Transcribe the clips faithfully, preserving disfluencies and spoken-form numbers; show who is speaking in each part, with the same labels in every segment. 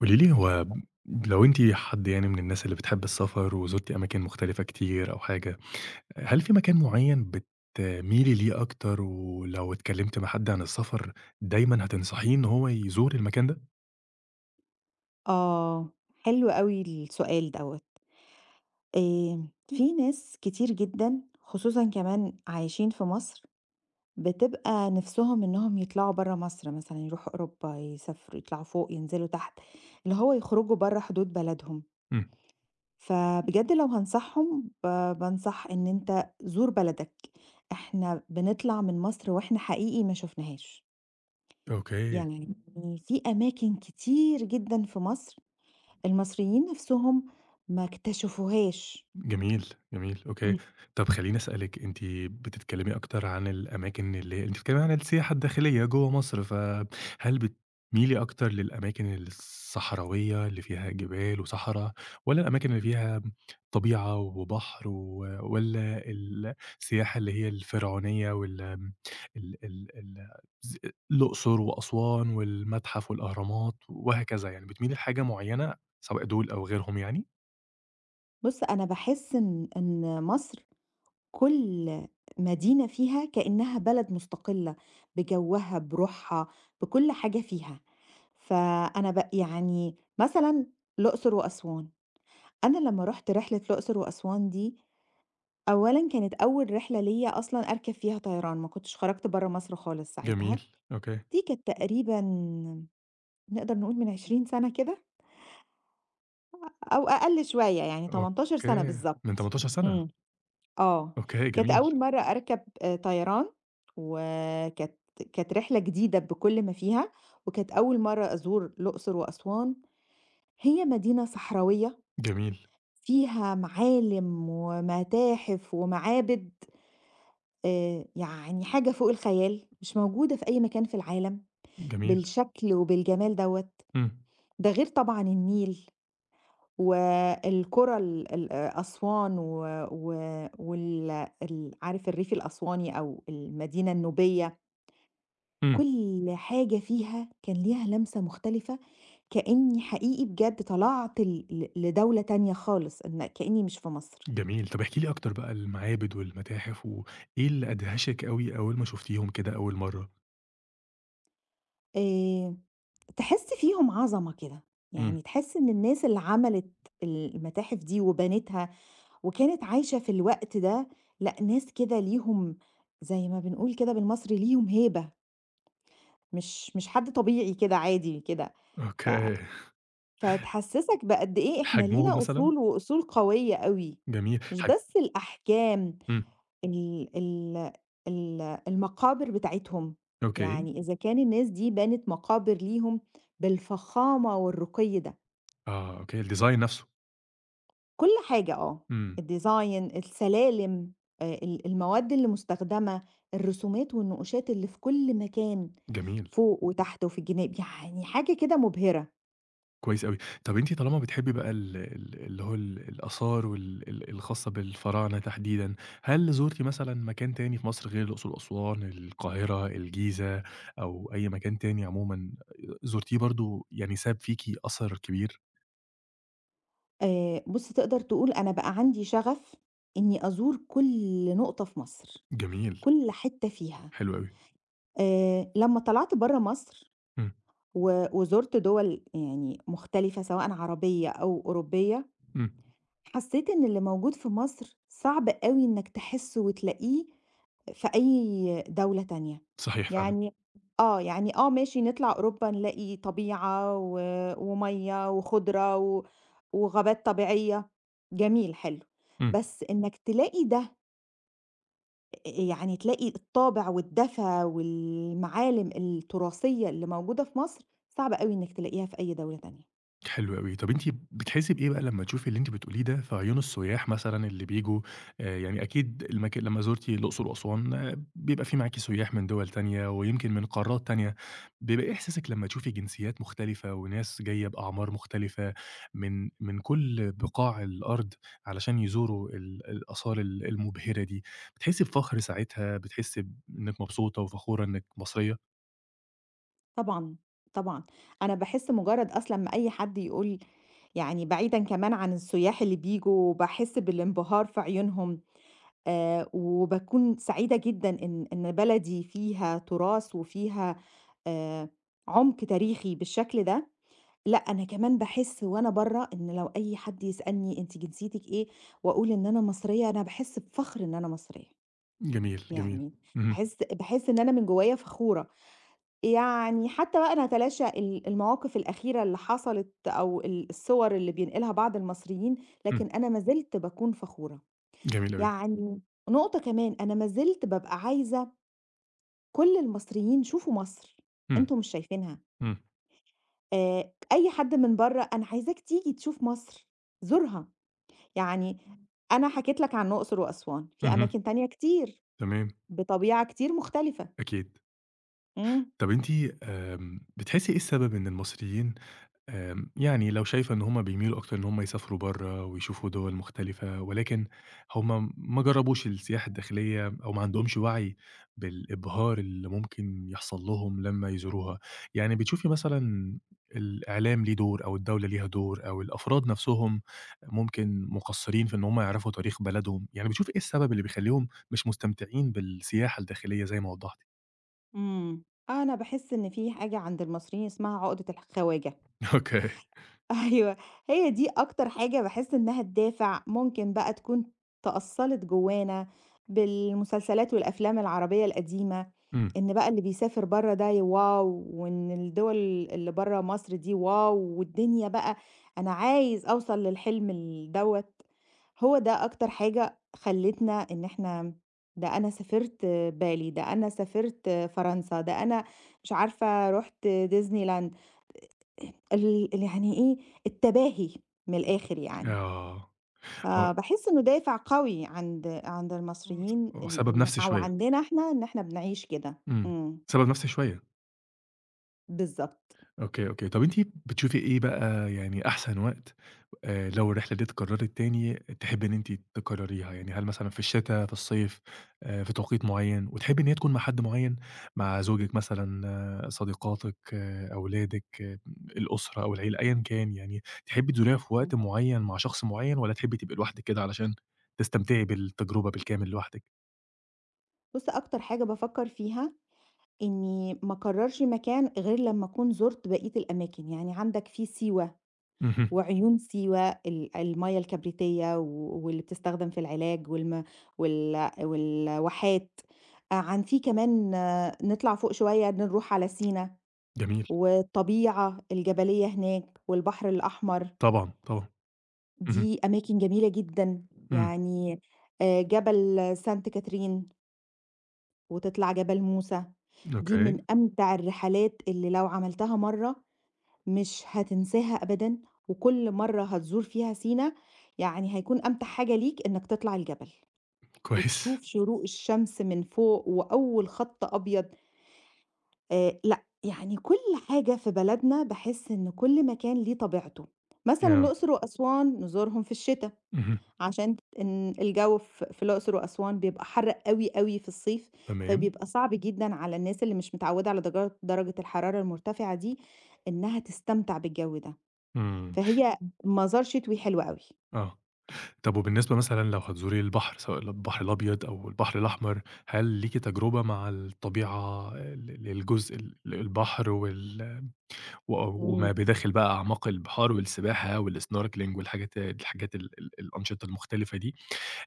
Speaker 1: قولي لي هو لو أنتِ حد يعني من الناس اللي بتحب السفر وزُرتِ أماكن مختلفة كتير أو حاجة، هل في مكان معيّن بتميلي ليه أكتر ولو اتكلمتِ مع حد عن السفر دايمًا هتنصحيه إن هو يزور المكان ده؟
Speaker 2: آه، حلو أوي السؤال دوّة. آمم، في ناس كتير جدًا خصوصًا كمان عايشين في مصر، بتبقى نِفْسهم إنّهم يطلعوا برّه مصر مثلًا، يروحوا أوروبا، يسافروا، يطلعوا فوق، ينزلوا تحت، اللي هو يخرجوا برّه حدود بلدهم.
Speaker 1: إمم.
Speaker 2: فبجد لو هانصحهم، ب بانصح إن أنت زور بلدك. إحنا بنطلع من مصر وإحنا حقيقي ما شفناهاش.
Speaker 1: أوكي.
Speaker 2: يعني في أماكن كتير جدًا في مصر المصريين نفسهم ما اكتشفوهاش.
Speaker 1: جميل، جميل، أوكي.
Speaker 2: إمم.
Speaker 1: طب خلّيني أسألِك، أنتِ بتتكلمي أكتر عن الأماكن اللي أنتِ بتتكلمي عن السياحة الداخلية جوّه مصر، فهل بتميلي أكتر للأماكن الصحراوية اللي فيها جبال وصحرا، والّا الأماكن اللي فيها طبيعة وبحر و والّا السياحة اللي هي الفرعونية وال آمم، ال ال ال ز الأقصر وأسوان والمتحف والأهرامات وهكذا يعني، بتميلي لحاجة معيّنة سواء دول أو غيرهم يعني؟
Speaker 2: بُص، أنا باحس إن إن مصر كل مدينة فيها كأنها بلد مستقلة، بجوّها، بروحها، بكل حاجة فيها. فأنا ب يعني مثلًا الأقصر وأسوان، أنا لمّا رُحت رحلة الأقصر وأسوان دي، أولًا كانت أول رحلة ليّا أصلًا أركب فيها طيران، ما كنتش خرجت برّه مصر خالص
Speaker 1: جميل،
Speaker 2: ساعتها.
Speaker 1: أوكي.
Speaker 2: دي كانت تقريبًا نقدر نقول من عشرين سَنة كده. أو أقل شوية، يعني ثمانية عشر سَنة
Speaker 1: أوكي، من
Speaker 2: بالضبط،
Speaker 1: تمنتاشر سَنة.
Speaker 2: إمم، آه،
Speaker 1: أوكي،
Speaker 2: كانت
Speaker 1: جميل،
Speaker 2: أول مرّة أركب آآ طيران، وكانت كانت رحلة جديدة بكل ما فيها، وكانت أول مرّة أزور الأقصر وأسوان، هي مدينة صحراوية
Speaker 1: جميل،
Speaker 2: فيها معالم ومتاحف ومعابد، آآ يعني حاجة فوق الخيال، مش موجودة في أي مكان في العالم،
Speaker 1: جميل.
Speaker 2: بالشكل وبالجمال دوّة،
Speaker 1: إمم.
Speaker 2: ده غير طبعًا النيل. والقرى ال ال أسوان و و وال ال عارف الريف الأسواني أو المدينة النوبية،
Speaker 1: إمم.
Speaker 2: كل حاجة فيها كان ليها لمسة مختلفة، كأني حقيقي بجد طلعت ل ل لدولة تانية خالص، إن كأني مش في مصر.
Speaker 1: جميل، طَب احكي لي أكتر بقى المعابد والمتاحف وإيه اللي أدهشِك أوي أول ما شُفتيهم كده أول مرّة؟
Speaker 2: آآ تحس فيهم عظمة كده،
Speaker 1: إمم.
Speaker 2: يعني تحس إن الناس اللي عملت المتاحف دي وبنتها وكانت عايشة في الوقت ده، لأ ناس كده ليهم زي ما بنقول كده بالمصري ليهم هيبة. مش مش حد طبيعي كده عادي كده، ف
Speaker 1: أوكي،
Speaker 2: فتحسّسك بقد إيه إحنا
Speaker 1: حجمهم
Speaker 2: لينا
Speaker 1: مثلًا؟
Speaker 2: أصول وأصول قوية أوي،
Speaker 1: جميل،
Speaker 2: مش
Speaker 1: حج
Speaker 2: بس الأحكام
Speaker 1: إمم.
Speaker 2: ال ال ال المقابر بتاعتهم،
Speaker 1: أوكي،
Speaker 2: يعني إذا كان الناس دي بنت مقابر ليهم بالفخامة والرقي ده،
Speaker 1: آه، أوكي الdesign نَفْسه.
Speaker 2: كل حاجة آه،
Speaker 1: إمم،
Speaker 2: الdesign السلالم آآ ال المواد اللي مستخدمة، الرسومات والنقوشات اللي في كل مكان،
Speaker 1: جميل.
Speaker 2: فوق وتحت وفي الجناب، يعني حاجة كده مبهرة.
Speaker 1: كويس أوي. طَب أنتِ طالما بتحبّي بقى ال ال اللي هو ال الآثار وال ال الخاصة بالفراعنة تحديدًا، هل زُرتِ مثلًا مكان تاني في مصر غير الأقصر وأسوان، القاهرة، الجيزة أو أي مكان تاني عمومًا زُرتيه برضه يعني ساب فيكِ أثر كبير؟
Speaker 2: آآ بُص تقدر تقول أنا بقى عندي شغف إني أزور كل نقطة في مصر،
Speaker 1: جميل،
Speaker 2: كل حتة فيها.
Speaker 1: حلو أوي.
Speaker 2: آآ لمّا طلعت برّه مصر
Speaker 1: إمم،
Speaker 2: و وزُرت دول يعني مختلفة سواءً عربية أو أوروبية
Speaker 1: إمم،
Speaker 2: حسيت إن اللي موجود في مصر صعب أوي إنك تحسّه وتلاقيه في أي دولة تانية،
Speaker 1: صحيح فعلًا.
Speaker 2: يعني آه، يعني آه ماشي نطلع أوروبا نلاقي طبيعة و ومَيّة وخُضرة و وغابات طبيعية، جميل حلو،
Speaker 1: إمم.
Speaker 2: بس إنك تلاقي ده آآ يعني تلاقي الطابع والدفا والمعالم التراثية اللي موجودة في مصر، صعب أوي إنك تلاقيها في أي دولة تانية.
Speaker 1: حلو أوي. طب أنتِ بتحسّي بإيه بقى لمّا تشوفي اللي أنتِ بتقوليه ده في عيون السُيّاح مثلًا اللي بييجوا، آآ يعني أكيد المك لمّا زُرتِ الأقصر وأسوان، آه، بيبقى في معاكِ سُيّاح من دِوَل تانية ويمكن من قارات تانية، بيبقى إيه إحساسِك لمّا تشوفي جنسيّات مختلفة وناس جاية بأعمار مختلفة من من كل بقاع الأرض علشان يزوروا ال الآثار ال المُبهرة دي، بتحسّي بفخر ساعتها، بتحسّي ب- إنِّك مبسوطة وفخورة إنِّك مصرية؟
Speaker 2: طبعًا، طبعًا. أنا باحس مجرّد أصلًا ما أي حد يقول يعني بعيدًا كمان عن السياح اللي بييجوا، باحس بالانبهار في عيونهم آآ وباكون سعيدة جدًا إن إن بلدي فيها تراث وفيها آآ عُمق تاريخي بالشكل ده. لأ، أنا كمان باحس وأنا برّه إن لو أي حد يسألني أنتِ جنسيتِك إيه وأقول إن أنا مصرية، أنا باحس بفخر إن أنا مصرية.
Speaker 1: جميل، جميل.
Speaker 2: يعني
Speaker 1: اهم.
Speaker 2: باحس باحس إن أنا من جوّايا فخورة. يعني حتى بقى نتلاشى ال المواقف الأخيرة اللي حصلت أو ال الصور اللي بينقلها بعض المصريين،
Speaker 1: إمم.
Speaker 2: لكن أنا ما زلت باكون فخورة.
Speaker 1: جميل أوي.
Speaker 2: يعني نقطة كمان، أنا ما زلت بابقى عايزة كل المصريين شوفوا مصر،
Speaker 1: إمم.
Speaker 2: أنتم مش شايفينها.
Speaker 1: إمم.
Speaker 2: آآ أي حد من برّه، أنا عايزاك تيجي تشوف مصر، زورها. يعني أنا حكيت لك عن الأقصر وأسوان، في
Speaker 1: اهم.
Speaker 2: أماكن تانية كتير،
Speaker 1: تمام.
Speaker 2: بطبيعة كتير مختلفة.
Speaker 1: أكيد.
Speaker 2: إمم.
Speaker 1: طَب أنتِ، آمم، بتحسّي إيه السبب إن المصريين، آمم، يعني لو شايفة إن هُم بيميلوا أكتر إن هُم يسافروا برّه ويشوفوا دُوَل مختلفة، ولكن هُم ما جرّبوش السياحة الداخلية أو ما عندهمش وَعي بالإبهار اللي ممكن يحصل لهم لمّا يزوروها، يعني بتشوفي مثلًا الإعلام ليه دور أو الدولة ليها دور أو الأفراد نَفْسهم ممكن مقصّرين في إن هُم يعرفوا تاريخ بلدهم، يعني بتشوفي إيه السبب اللي بيخلّيهم مش مستمتعين بالسياحة الداخلية زي ما وضّحتِ؟
Speaker 2: إمم. أنا باحس إن في حاجة عند المصريين اسمها عقدة الخواجة.
Speaker 1: أوكي.
Speaker 2: أيوه، هي دي أكتر حاجة باحس إنها الدافع، ممكن بقى تكون تأصّلت جوانا بالمسلسلات والأفلام العربية القديمة،
Speaker 1: إمم.
Speaker 2: إن بقى اللي بيسافر برّه ده ي واو، وإن الدول اللي برّه مصر دي واو، والدنيا بقى أنا عايز أوصل للحلم ال دوّة، هو ده أكتر حاجة خلّتنا إن إحنا ده أنا سافرت بالي، ده أنا سافرت فرنسا، ده أنا مش عارفة رُحت Disneyland. ال ال يعني إيه، التباهي من الآخر يعني،
Speaker 1: آه. هو
Speaker 2: فباحس إنه دافع قوي عند عند المصريين
Speaker 1: هو
Speaker 2: إن
Speaker 1: سبب
Speaker 2: إن
Speaker 1: نَفْسي
Speaker 2: أو
Speaker 1: شوية.
Speaker 2: عندنا إحنا إن إحنا بنعيش كده.
Speaker 1: إمم.
Speaker 2: إمم،
Speaker 1: سبب نَفْسي شوية.
Speaker 2: بالضبط.
Speaker 1: أوكي، أوكي. طَب أنتِ بتشوفي إيه بقى يعني أحسن وقت، آآ لو الرحلة دي اتكرّرت تاني تحبّي إن أنتِ تكرّريها؟ يعني هل مثلًا في الشتا، في الصيف، آآ في توقيت معيّن وتحبّي إن هي تكون مع حد معيّن، مع زوجِك مثلًا، صديقاتِك، أولادِك، الأسرة أو العيلة أيًا كان يعني، تحبّي تزوريها في
Speaker 2: إمم،
Speaker 1: وقت معيّن مع شخص معيّن والّا تحبّي تبقي لوحدِك كده علشان تستمتعي بالتجربة بالكامل لوحدِك؟
Speaker 2: بُص أكتر حاجة بافكّر فيها إني ما أكررش مكان غير لما أكون زُرت بقية الأماكن، يعني عندك في سيوة
Speaker 1: اهم.
Speaker 2: وعيون سيوة ال المَيّة الكبريتية و واللي بتستخدم في العلاج والم وال والواحات، آآ عن في كمان آه، نطلع فوق شوية نروح على سينا،
Speaker 1: جميل.
Speaker 2: والطبيعة الجبلية هناك والبحر الأحمر،
Speaker 1: طبعًا، طبعًا. اهم.
Speaker 2: دي أماكن جميلة جدًا،
Speaker 1: إمم.
Speaker 2: يعني آآ جبل سانت كاترين وتطلع جبل موسى، دي من
Speaker 1: أوكي.
Speaker 2: أمتع الرحلات اللي لو عملتها مرّة مش هتنساها أبدًا، وكل مرّة هتزور فيها سينا، يعني هيكون أمتع حاجة ليك إنك تطلع الجبل،
Speaker 1: كويس.
Speaker 2: وتشوف شروق الشمس من فوق وأول خَط أبيض، آآ لأ، يعني كل حاجة في بلدنا باحس إن كل مكان ليه طبيعته، مثلًا
Speaker 1: ياه!
Speaker 2: الأقصر وأسوان نزورهم في الشتا،
Speaker 1: اهم.
Speaker 2: عشان إن الجو ف في الأقصر وأسوان بيبقى حَر أوي، أوي في الصيف،
Speaker 1: تمام.
Speaker 2: فبيبقى صعب جدًا على الناس اللي مش متعودة على درجة درجة الحرارة المرتفعة دي، إنها تستمتع بالجو ده.
Speaker 1: إمم.
Speaker 2: فهي منظر شتوي حلو أوي.
Speaker 1: آه. طب وبالنسبة مثلًا لو هتزوري البحر، سواء البحر الأبيض أو البحر الأحمر، هل ليكِ تجربة مع الطبيعة ال الجزء ال البحر وال و
Speaker 2: إمم،
Speaker 1: وما بداخل بقى أعماق البحار والسباحة والsnorkeling والحاجات الحاجات ال ال الأنشطة المختلفة دي،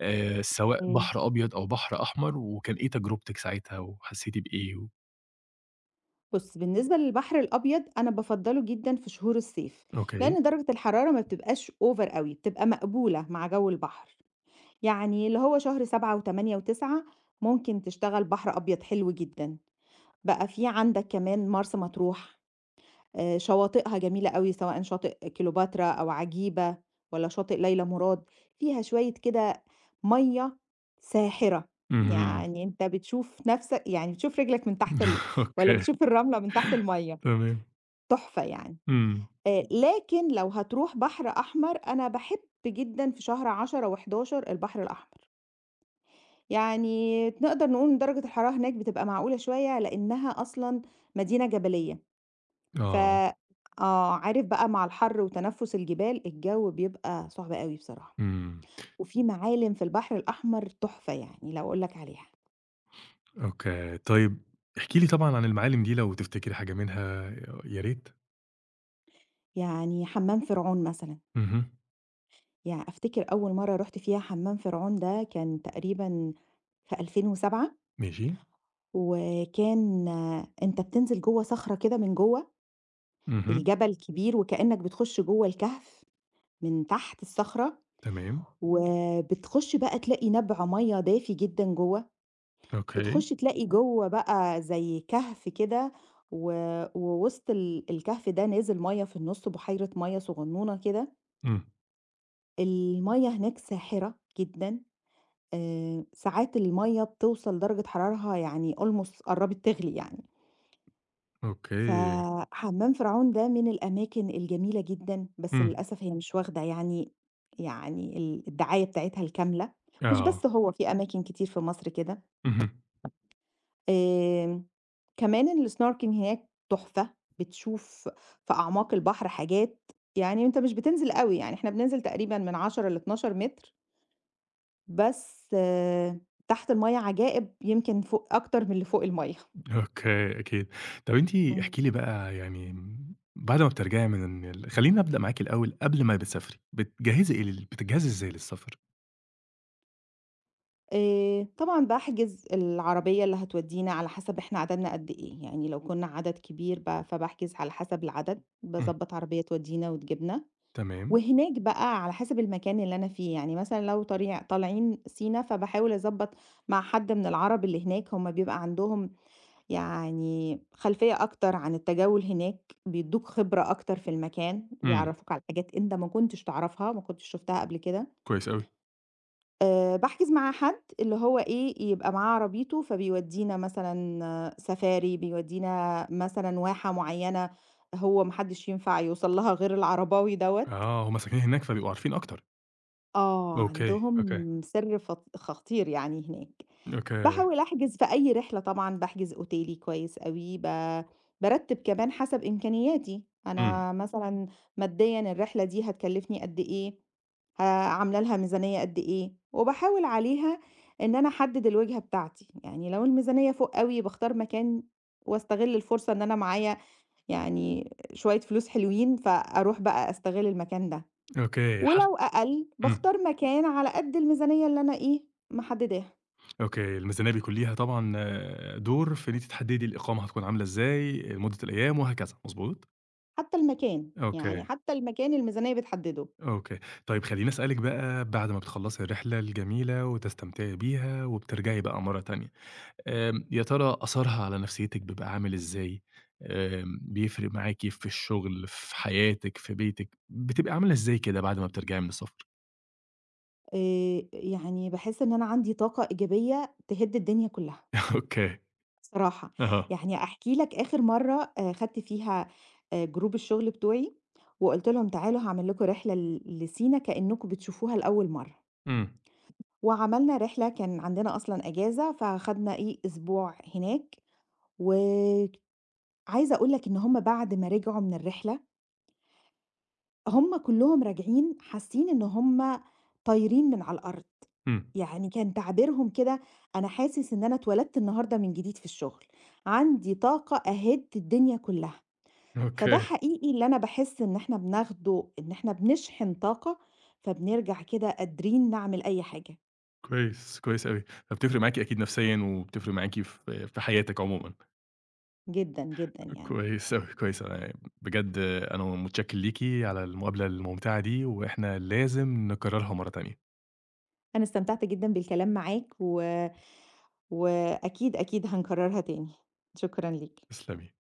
Speaker 1: آآ سواء
Speaker 2: إمم.
Speaker 1: بحر أبيض أو بحر أحمر، وكان إيه تجربتِك ساعتها وحسيتِ بإيه؟
Speaker 2: بُص، بالنسبة للبحر الأبيض أنا بافضّله جدًا في شهور الصيف،
Speaker 1: أوكي.
Speaker 2: لإن درجة الحرارة ما بتبقاش over أوي، بتبقى مقبولة مع جو البحر، يعني اللي هو شهر سبعة و8 و9 ممكن تشتغل بحر أبيض حلو جدًا، بقى في عندك كمان مرسى مطروح آآ شواطئها جميلة أوي، سواء شاطئ كليوباترا أو عجيبة والّا شاطئ ليلى مراد، فيها شوية كده مَيّة ساحرة،
Speaker 1: اهم.
Speaker 2: يعني أنت بتشوف نَفْسك يعني بتشوف رجلك من تحت ال والّا
Speaker 1: أوكي.
Speaker 2: بتشوف الرملة من تحت المَيّة،
Speaker 1: تمام.
Speaker 2: تحفة يعني.
Speaker 1: إمم.
Speaker 2: آآ لكن لو هتروح بحر أحمر، أنا باحب جدًا في شهر عشرة و11 البحر الأحمر، يعني نقدر نقول إن درجة الحرارة هناك بتبقى معقولة شوية لإنها أصلًا مدينة جبلية. ف
Speaker 1: آه.
Speaker 2: آه، عارف بقى مع الحر وتنفُّس الجبال، الجو بيبقى صعب أوي بصراحة،
Speaker 1: إمم.
Speaker 2: وفي معالم في البحر الأحمر تحفة يعني لو أقول لك عليها،
Speaker 1: أوكي، طيب احكِ لي طبعًا عن المعالم دي لو تفتكري حاجة منها، يا ريت.
Speaker 2: يعني حمّام فرعون مثلًا،
Speaker 1: اهم.
Speaker 2: يع أفتكر أول مرّة رُحت فيها حمّام فرعون ده كان تقريبًا في ألفين وسبعة
Speaker 1: ماشي.
Speaker 2: وكان آه، أنت بتنزل جوّه صخرة كده من جوّه،
Speaker 1: اهم.
Speaker 2: الجبل كبير وكإنّك بتخُش جوّه الكهف من تحت الصخرة،
Speaker 1: تمام.
Speaker 2: وبتخُش بقى تلاقي نَبْع مَيّة دافي جدًا جوّه
Speaker 1: أوكي.
Speaker 2: بتخشي تلاقي جوّه بقى زي كهف كده، و ووسط ال الكهف ده نازل مَيّة في النُص، بحيرة مَيّة صغنونة كده،
Speaker 1: إمم.
Speaker 2: المَيّة هناك ساحرة جدًا، آآ ساعات المَيّة بتوصل درجة حرارها يعني almost قرّبت تغلي يعني،
Speaker 1: أوكي.
Speaker 2: فحمام فرعون ده من الأماكن الجميلة جدًا، بس
Speaker 1: إمم.
Speaker 2: للأسف هي مش واخدة يعني يعني ال الدعاية بتاعتها الكاملة، مش
Speaker 1: آه.
Speaker 2: بس هو في أماكن كتير في مصر كده.
Speaker 1: اهم.
Speaker 2: آمم، كمان الsnorkeling هناك تحفة، بتشوف في أعماق البحر حاجات يعني أنت مش بتنزل أوي، يعني إحنا بننزل تقريبًا من عشرة ل12 متر، بس آه، تحت المَيّة عجائب يمكن فوق أكتر من اللي فوق المَيّة.
Speaker 1: أوكي. أكيد. طب أنتِ
Speaker 2: إمم.
Speaker 1: احكي لي بقى يعني، بعد ما بترجعي من ال خلّيني أبدأ معاكِ الأول قبل ما بتسافري، بتجهّزي إيه لل بتجهّزي إزاي للسفر؟
Speaker 2: آآ، طبعًا باحجز العربية اللي هتودينا على حسب إحنا عددنا قد إيه، يعني لو كنا عدد كبير ب فباحجز على حسب العدد،
Speaker 1: إمم.
Speaker 2: باضبّط عربية تودينا وتجيبنا.
Speaker 1: تمام.
Speaker 2: وهناك بقى على حسب المكان اللي أنا فيه، يعني مثلًا لو طريع طالعين سينا، فباحاول أضبّط مع حد من العرب اللي هناك، هُم بيبقى عندهم يعني خلفية أكتر عن التجول هناك، بيدّوك خبرة أكتر في المكان،
Speaker 1: إمم.
Speaker 2: بيعرّفوك على حاجات أنت ما كنتش تعرفها، ما كنتش شُفتها قبل كده.
Speaker 1: كويس أوي.
Speaker 2: آآ باحجز مع حد اللي هو إيه، يبقى معاه عربيته، فبيودّينا مثلًا آه، سفاري، بيودّينا مثلًا واحة معيّنة هو ما حدش ينفع يوصل لها غير العرباوي دوّة.
Speaker 1: آه، هُم ساكنين هناك فبيبقوا عارفين أكتر.
Speaker 2: آه،
Speaker 1: أوكي، أوكي،
Speaker 2: عندهم سر فط خطير يعني هناك.
Speaker 1: أوكي.
Speaker 2: باحاول أحجز في أي رحلة طبعًا، باحجز أوتيلي كويس أوي، ب بارتّب كمان حسب إمكانياتي،
Speaker 1: إمم.
Speaker 2: أنا مثلًا ماديًا الرحلة دي هتكلّفني قد إيه، ه عاملة لها ميزانية قد إيه، وباحاول عليها إن أنا أحدد الوجهة بتاعتي، يعني لو الميزانية فوق أوي باختار مكان واستغل الفرصة إن أنا معايا يعني شوية فلوس حلوين، فأروح بقى أستغل المكان ده.
Speaker 1: أوكي، حت
Speaker 2: ولو أقل،
Speaker 1: إمم.
Speaker 2: باختار مكان على قد الميزانية اللي أنا إيه، محدداها،
Speaker 1: أوكي، الميزانية بيكون ليها طبعًا دور في إن أنتِ تحددي الإقامة هتكون عاملة إزاي، مدة الأيام وهكذا، مضبوط؟
Speaker 2: حتى المكان، يعني
Speaker 1: أوكي،
Speaker 2: حتى المكان الميزانية بتحدده،
Speaker 1: أوكي. طيب خلّيني أسألِك بقى بعد ما بتخلّصي الرحلة الجميلة وتستمتعي بيها وبترجعي بقى مرة تانية، آمم، يا ترى أثرها على نفسيتِك بيبقى عامل إزاي؟ آمم، بيفرق معاكِ في الشغل، في حياتِك، في بيتِك، بتبقى عاملة إزاي كده بعد ما بترجعي من السفر؟
Speaker 2: آآ، يعني باحس إن أنا عندي طاقة إيجابية تهد الدنيا كلها،
Speaker 1: أوكي.
Speaker 2: بصراحة،
Speaker 1: أها.
Speaker 2: يعني أحكي لك آخر مرة آآ، خدت فيها آآ، جروب الشغل بتوعي، وقُلت لهم تعالوا هاعمل لكم رحلة ل لسينا كأنكم بتشوفوها لأول مرة،
Speaker 1: إمم.
Speaker 2: وعملنا رحلة كان عندنا أصلًا إجازة، فخدنا إيه، أسبوع هناك و عايزة أقول لك إن هم بعد ما رجعوا من الرحلة، هم كلّهم راجعين حاسين إن هم طايرين من على الأرض،
Speaker 1: إمم.
Speaker 2: يعني كان تعبيرهم كده أنا حاسس إن أنا اتولدت النهارده من جديد في الشغل، عندي طاقة أهد الدنيا كلّها، فده
Speaker 1: أوكي.
Speaker 2: حقيقي اللي أنا باحس إن إحنا بناخده إن إحنا بنشحن طاقة، فبنرجع كده قادرين نعمل أي حاجة،
Speaker 1: كويس، كويس أوي، فبتفرق معاكِ أكيد نفسيًا وبتفرق معاكِ في في حياتِك عمومًا.
Speaker 2: جدًا، جدًا يعني.
Speaker 1: كويس أوي، كويس، أنا بجد أنا متشكر ليكِ على المقابلة الممتعة دي، وإحنا لازم نكررها مرة تانية.
Speaker 2: أنا استمتعت جدًا بالكلام معاك و وأكيد، أكيد هنكررها تاني، شكرًا ليك.
Speaker 1: تسلمي.